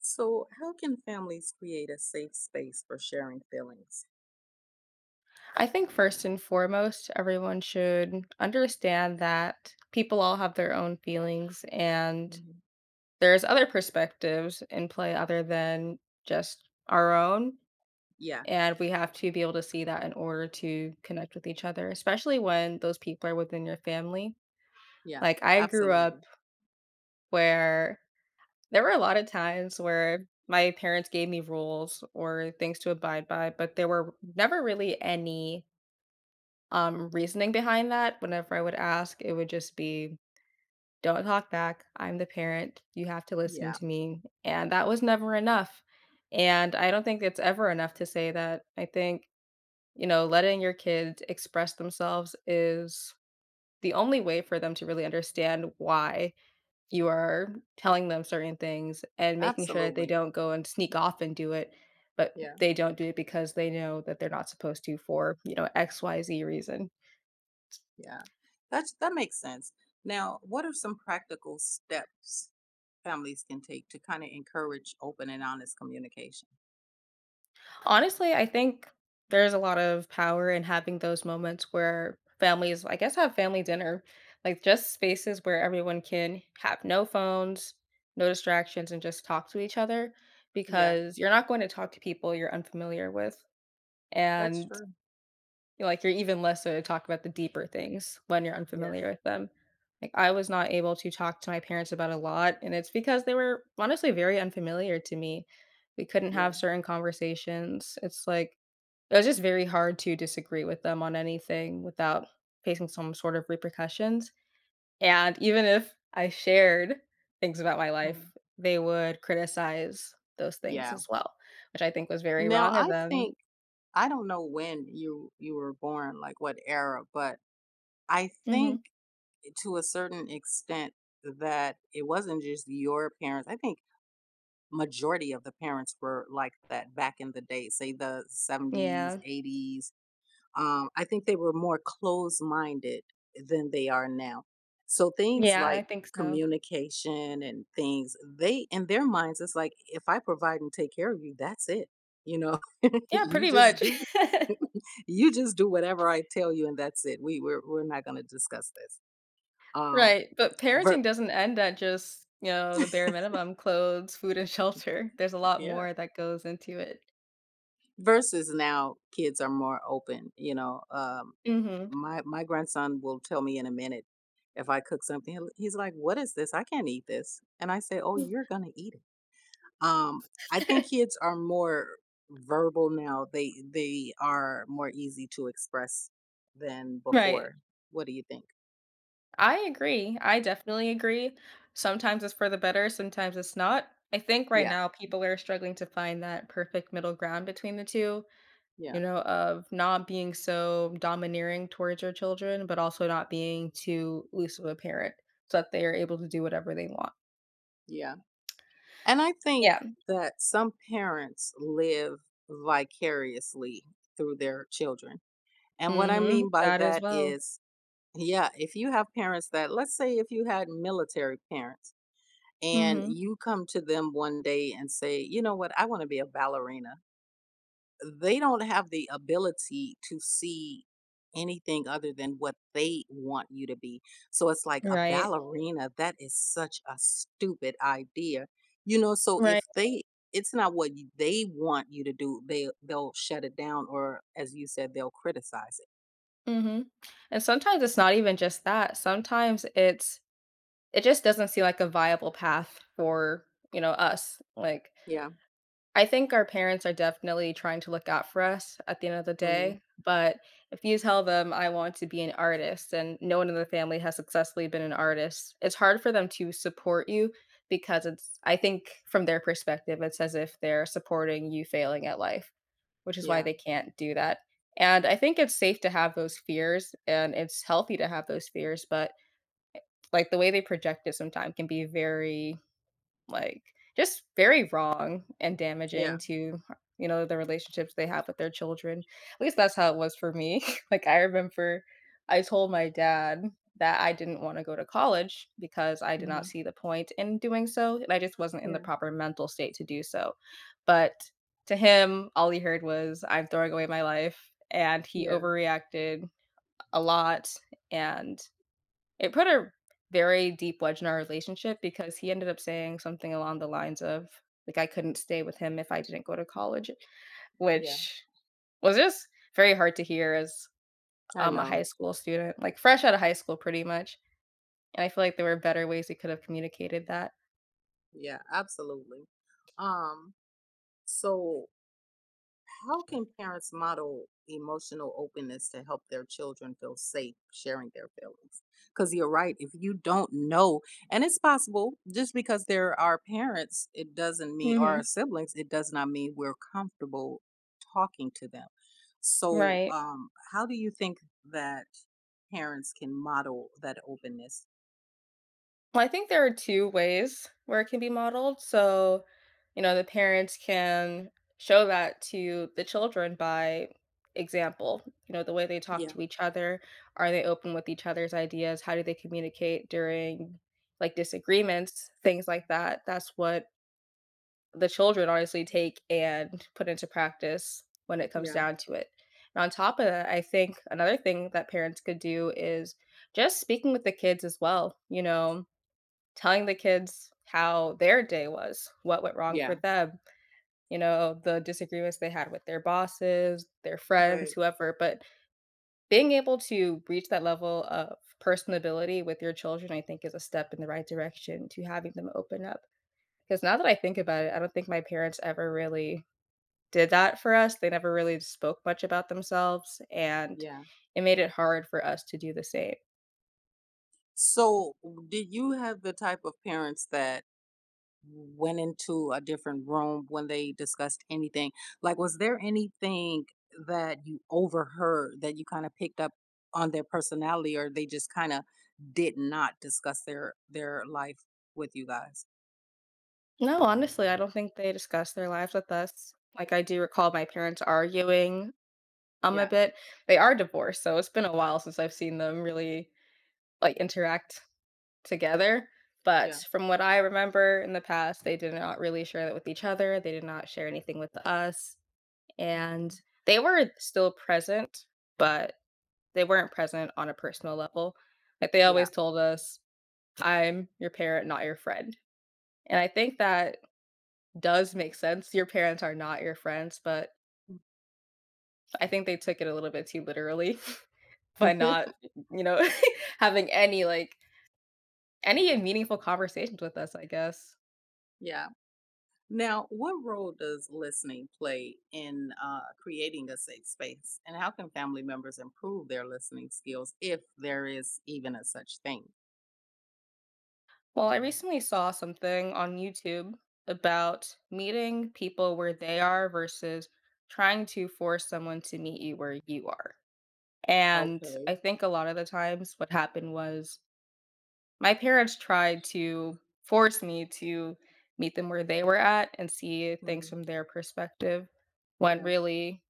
So, how can families create a safe space for sharing feelings? I think first and foremost, everyone should understand that people all have their own feelings and Hmm. there's other perspectives in play other than just our own. Yeah, And we have to be able to see that in order to connect with each other, especially when those people are within your family. yeah, Like I grew up absolutely. where there were a lot of times where my parents gave me rules or things to abide by, but there were never really any reasoning behind that. Whenever I would ask, it would just be, "Don't talk back. I'm the parent. You have to listen Yeah, to me." And that was never enough. And I don't think it's ever enough to say that. I think, letting your kids express themselves is the only way for them to really understand why you are telling them certain things and making sure that they absolutely. don't go and sneak off and do it, but Yeah, they don't do it because they know that they're not supposed to for, XYZ reason. yeah. That makes sense. Now, what are some practical steps families can take to kind of encourage open and honest communication? Honestly, I think there's a lot of power in having those moments where families, I guess, have family dinner, like just spaces where everyone can have no phones, no distractions, and just talk to each other Yeah, because you're not going to talk to people you're unfamiliar with. that's And true. you're like, you're even less so to talk about the deeper things when you're Yeah, unfamiliar with them. Like, I was not able to talk to my parents about a lot, and it's because they were honestly very unfamiliar to me. We couldn't yeah, have certain conversations. It's like, it was just very hard to disagree with them on anything without facing some sort of repercussions. And even if I shared things about my mhm. life, they would criticize those things Yeah. as well, which I think was very Now, wrong of I them. think I don't know when you were born, like what era, but I think Hmm. to a certain extent that it wasn't just your parents. I think majority of the parents were like that back in the day, say the 70s, Yeah. 80s. I think they were more closed minded than they are now. So things Yeah, I like think so. communication and things, they in their minds, it's like if I provide and take care of you, that's it. You know, Yeah, you pretty just much. do you just do whatever I tell you and that's it. We're not gonna discuss this. Um Right, but ver- parenting doesn't end at just, the bare minimum, clothes, food, and shelter. There's a lot Yeah. more that goes into it. Versus now kids are more open. Um Mhm. my my grandson will tell me in a minute if I cook something. He's like, "What is this? I can't eat this." And I say, "Oh, you're going to eat it." Um I think kids are more verbal now. They are more easy to express than Right. before. What do you think? I agree. I definitely agree. Sometimes it's for the better, sometimes it's not. I think right Yeah. now people are struggling to find that perfect middle ground between the two, Yeah. you know, of not being so domineering towards your children, but also not being too loose of a parent so that they are able to do whatever they want. Yeah. And I think Yeah. that some parents live vicariously through their children. And what I mean Mhm. by That as that well. is, yeah, if you have parents that, let's say, if you had military parents and Mhm. you come to them one day and say, you know what, I want to be a ballerina, they don't have the ability to see anything other than what they want you to be. So it's like a Right. ballerina, that is such a stupid idea. You know, so if Right. they, it's not what they want you to do. They'll shut it down, or as you said, they'll criticize it. Mhm. And sometimes it's not even just that. Sometimes it's it just doesn't seem like a viable path for, us. Like Yeah. I think our parents are definitely trying to look out for us at the end of the Hmm. day, but if you tell them I want to be an artist and no one in the family has successfully been an artist, it's hard for them to support you because it's I think from their perspective, it's as if they're supporting you failing at life, which is why Yeah, they can't do that. And I think it's safe to have those fears and it's healthy to have those fears, but like the way they project it sometimes can be very like, just very wrong and damaging yeah, to, the relationships they have with their children. At least that's how it was for me. Like, I remember I told my dad that I didn't want to go to college because I did not mhm, see the point in doing so, and I just wasn't in the yeah, proper mental state to do so. But to him, all he heard was, "I'm throwing away my life," and he yeah, overreacted a lot, and it put a very deep wedge in our relationship because he ended up saying something along the lines of, like, I couldn't stay with him if I didn't go to college, yeah, which was just very hard to hear as, I a know. high school student, like, fresh out of high school pretty much, and I feel like there were better ways we could have communicated that. Yeah, absolutely. Um, so how can parents model emotional openness to help their children feel safe sharing their feelings? Because you're right, if you don't know, and it's possible, just because there are parents, it doesn't mean, or our Mhm. siblings, it does not mean we're comfortable talking to them. So, Right. How do you think that parents can model that openness? Well, I think there are two ways where it can be modeled. So, you know, the parents can show that to the children by example. You know, the way they talk to each other. Are they open with each other's ideas? How do they communicate during, like, disagreements? Things like that. That's what the children honestly take and put into practice when it comes Yeah. down to it. And on top of that, I think another thing that parents could do is just speaking with the kids as well, you know? Telling the kids how their day was, what went wrong for Yeah. them, you know, the disagreements they had with their bosses, their friends, Right. whoever. But being able to reach that level of personability with your children, I think, is a step in the right direction to having them open up. Because now that I think about it, I don't think my parents ever really did that for us. They never really spoke much about themselves, and Yeah. it made it hard for us to do the same. So, did you have the type of parents that went into a different room when they discussed anything? Like, was there anything that you overheard that you kind of picked up on their personality, or they just kind of did not discuss their life with you guys? No, honestly, I don't think they discuss their lives with us. Like, I do recall my parents arguing a Yeah. bit. They are divorced, so it's been a while since I've seen them really like interact together. But Yeah. from what I remember in the past, they did not really share that with each other. They did not share anything with us. And Hmm. they were still present, but they weren't present on a personal level. Like they Yeah. always told us, I'm your parent, not your friend. And I think that does make sense. Your parents are not your friends, but I think they took it a little bit too literally by not, you know, having any like any meaningful conversations with us, I guess. Yeah. Now, what role does listening play in creating a safe space, and how can family members improve their listening skills if there is even a such thing? Well, I recently saw something on YouTube about meeting people where they are versus trying to force someone to meet you where you are. And Okay. I think a lot of the times what happened was my parents tried to force me to meet them where they were at and see things Mhm. from their perspective when Yeah. really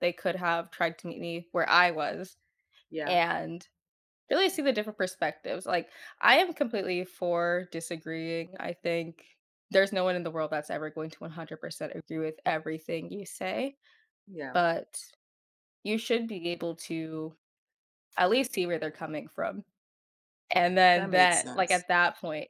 they could have tried to meet me where I was Yeah. and really see the different perspectives. Like, I am completely for disagreeing. I think there's no one in the world that's ever going to 100% agree with everything you say, Yeah. but you should be able to at least see where they're coming from. And That then makes that, like sense. at that point,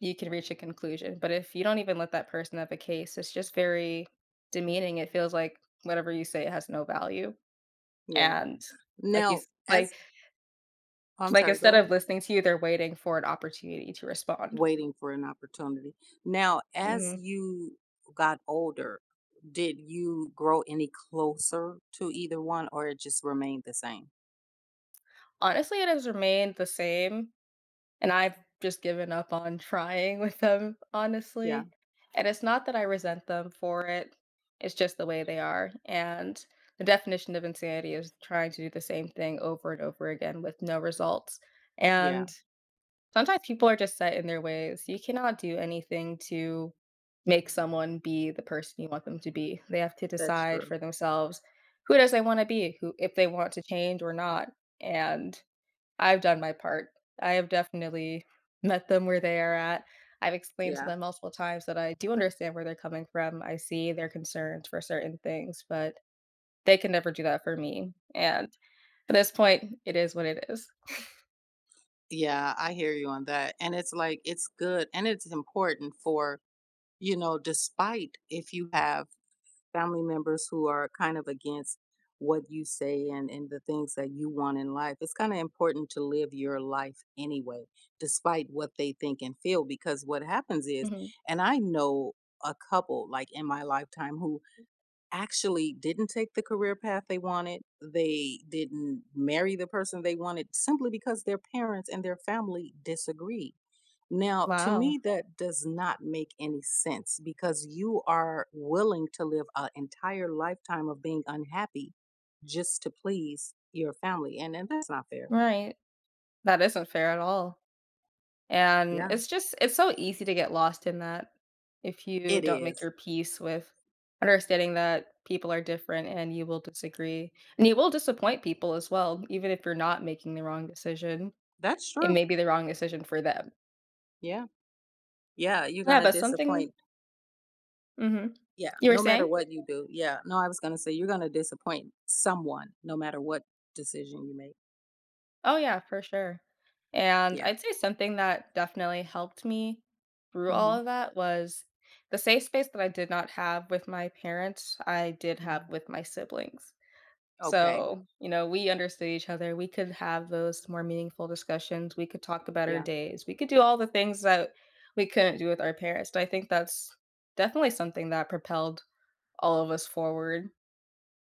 you can reach a conclusion. But if you don't even let that person have a case, it's just very demeaning. It feels like whatever you say has no value. Yeah. And like you Now, s- as like I'm like sorry, go instead of ahead. listening to you, they're waiting for an opportunity to respond. Waiting for an opportunity. Now, as Mhm. you got older, did you grow any closer to either one, or it just remained the same? Honestly, it has remained the same. And I've just given up on trying with them, Yeah. honestly. And it's not that I resent them for it, it's just the way they are. And the definition of insanity is trying to do the same thing over and over again with no results. Yeah. And sometimes people are just set in their ways. You cannot do anything to make someone be the person you want them to be. They have to That's decide for true. themselves who does they want to be, who if they want to change or not. And I've done my part. I have definitely met them where they are at. I've explained to Yeah. them multiple times that I do understand where they're coming from. I see their concerns for certain things, but they can never do that for me. And at this point, it is what it is. Yeah, I hear you on that. And it's like, it's good and it's important for, despite if you have family members who are kind of against what you say and the things that you want in life, it's kind of important to live your life anyway, despite what they think and feel. Because what happens is, Mhm. and I know a couple like in my lifetime who actually didn't take the career path they wanted. They didn't marry the person they wanted simply because their parents and their family disagreed. Now, to Wow. me, that does not make any sense because you are willing to live an entire lifetime of being unhappy just to please your family. And that's not fair. Right. That isn't fair at all. And Yeah, it's just it's so easy to get lost in that if you it don't make is. your peace with understanding that people are different and you will disagree. And you will disappoint people as well, even if you're not making the wrong decision. That's It true. may be the wrong decision for them. Yeah. Yeah. You're going Yeah, to but something disappoint. mhm. Yeah, You were no matter saying? what you do. Yeah. No, I was gonna say you're gonna disappoint someone no matter what decision you make. Oh, yeah, for sure. And Yeah. I'd say something that definitely helped me through all Hmm. of that was the safe space that I did not have with my parents, I did have Hmm. with my siblings. Okay. So, you know, we understood each other. We could have those more meaningful discussions. We could talk about our Yeah. days. We could do all the things that we couldn't do with our parents. And I think that's definitely something that propelled all of us forward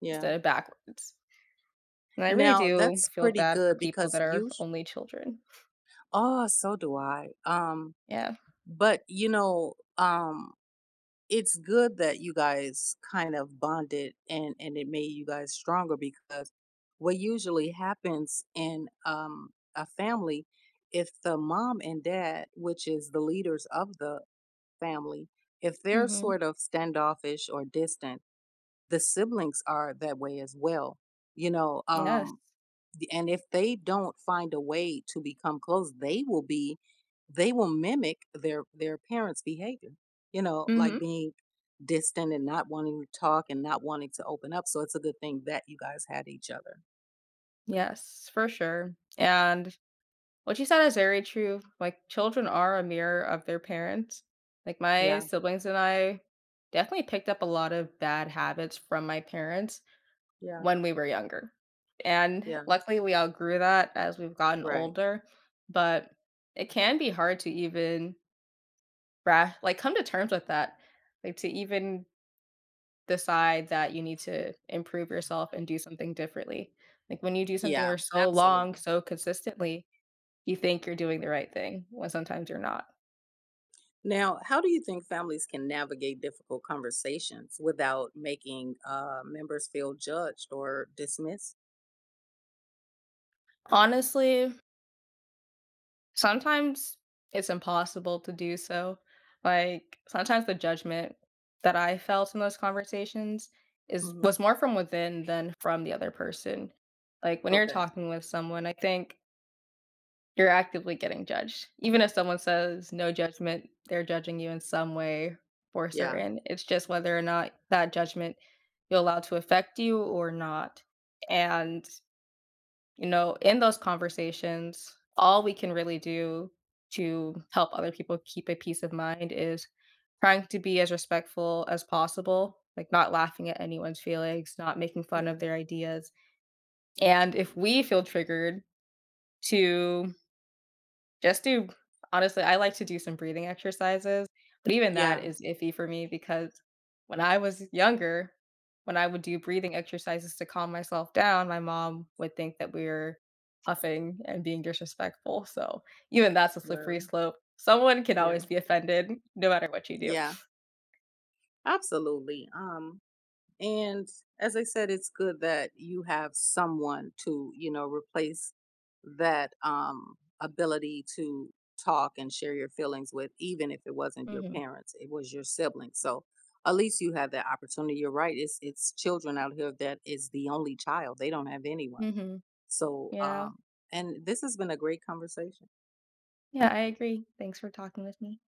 Yeah. instead of backwards. And I really Now, do that's feel pretty bad for good. people that are only children. Oh, so do I. Um, Yeah. but you know, um, it's good that you guys kind of bonded and it made you guys stronger because what usually happens in a family, if the mom and dad, which is the leaders of the family, if they're Hmm. sort of standoffish or distant, the siblings are that way as well. You know, Yes. And if they don't find a way to become close, they will be, they will mimic their parents' behavior. You know, like Hmm. being distant and not wanting to talk and not wanting to open up. So it's a good thing that you guys had each other. Yes, for sure. And what you said is very true. Like, children are a mirror of their parents. Like, my Yeah, siblings and I definitely picked up a lot of bad habits from my parents yeah, when we were younger. And yeah. luckily, we outgrew that as we've gotten Right. older. But it can be hard to even, like, come to terms with that. Like, to even decide that you need to improve yourself and do something differently. Like, when you do something Yeah, for so long, absolutely. so consistently, you think you're doing the right thing when sometimes you're not. Now, how do you think families can navigate difficult conversations without making members feel judged or dismissed? Honestly, sometimes it's impossible to do so. Like sometimes the judgment that I felt in those conversations is Hmm. was more from within than from the other person. Like when you're Okay. talking with someone, I think you're actively getting judged. Even if someone says no judgment, they're judging you in some way for Yeah. certain. It's just whether or not that judgment you allow to affect you or not. And you know, in those conversations, all we can really do to help other people keep a peace of mind is trying to be as respectful as possible, like not laughing at anyone's feelings, not making fun of Yeah. their ideas. And if we feel triggered to just do honestly, I like to do some breathing exercises, but even that Yeah. is iffy for me because when I was younger, when I would do breathing exercises to calm myself down, my mom would think that we were huffing and being disrespectful. So even that's a slippery Well. slope. Someone can always Yeah. be offended no matter what you do. Yeah. Absolutely. And as I said, it's good that you have someone to replace that ability to talk and share your feelings with, even if it wasn't your Mhm. parents, it was your siblings. So at least you have that opportunity. You're right. It's children out here that is the only child. They don't have anyone. Mhm. So Yeah. and this has been a great conversation. Yeah, I agree. Thanks for talking with me.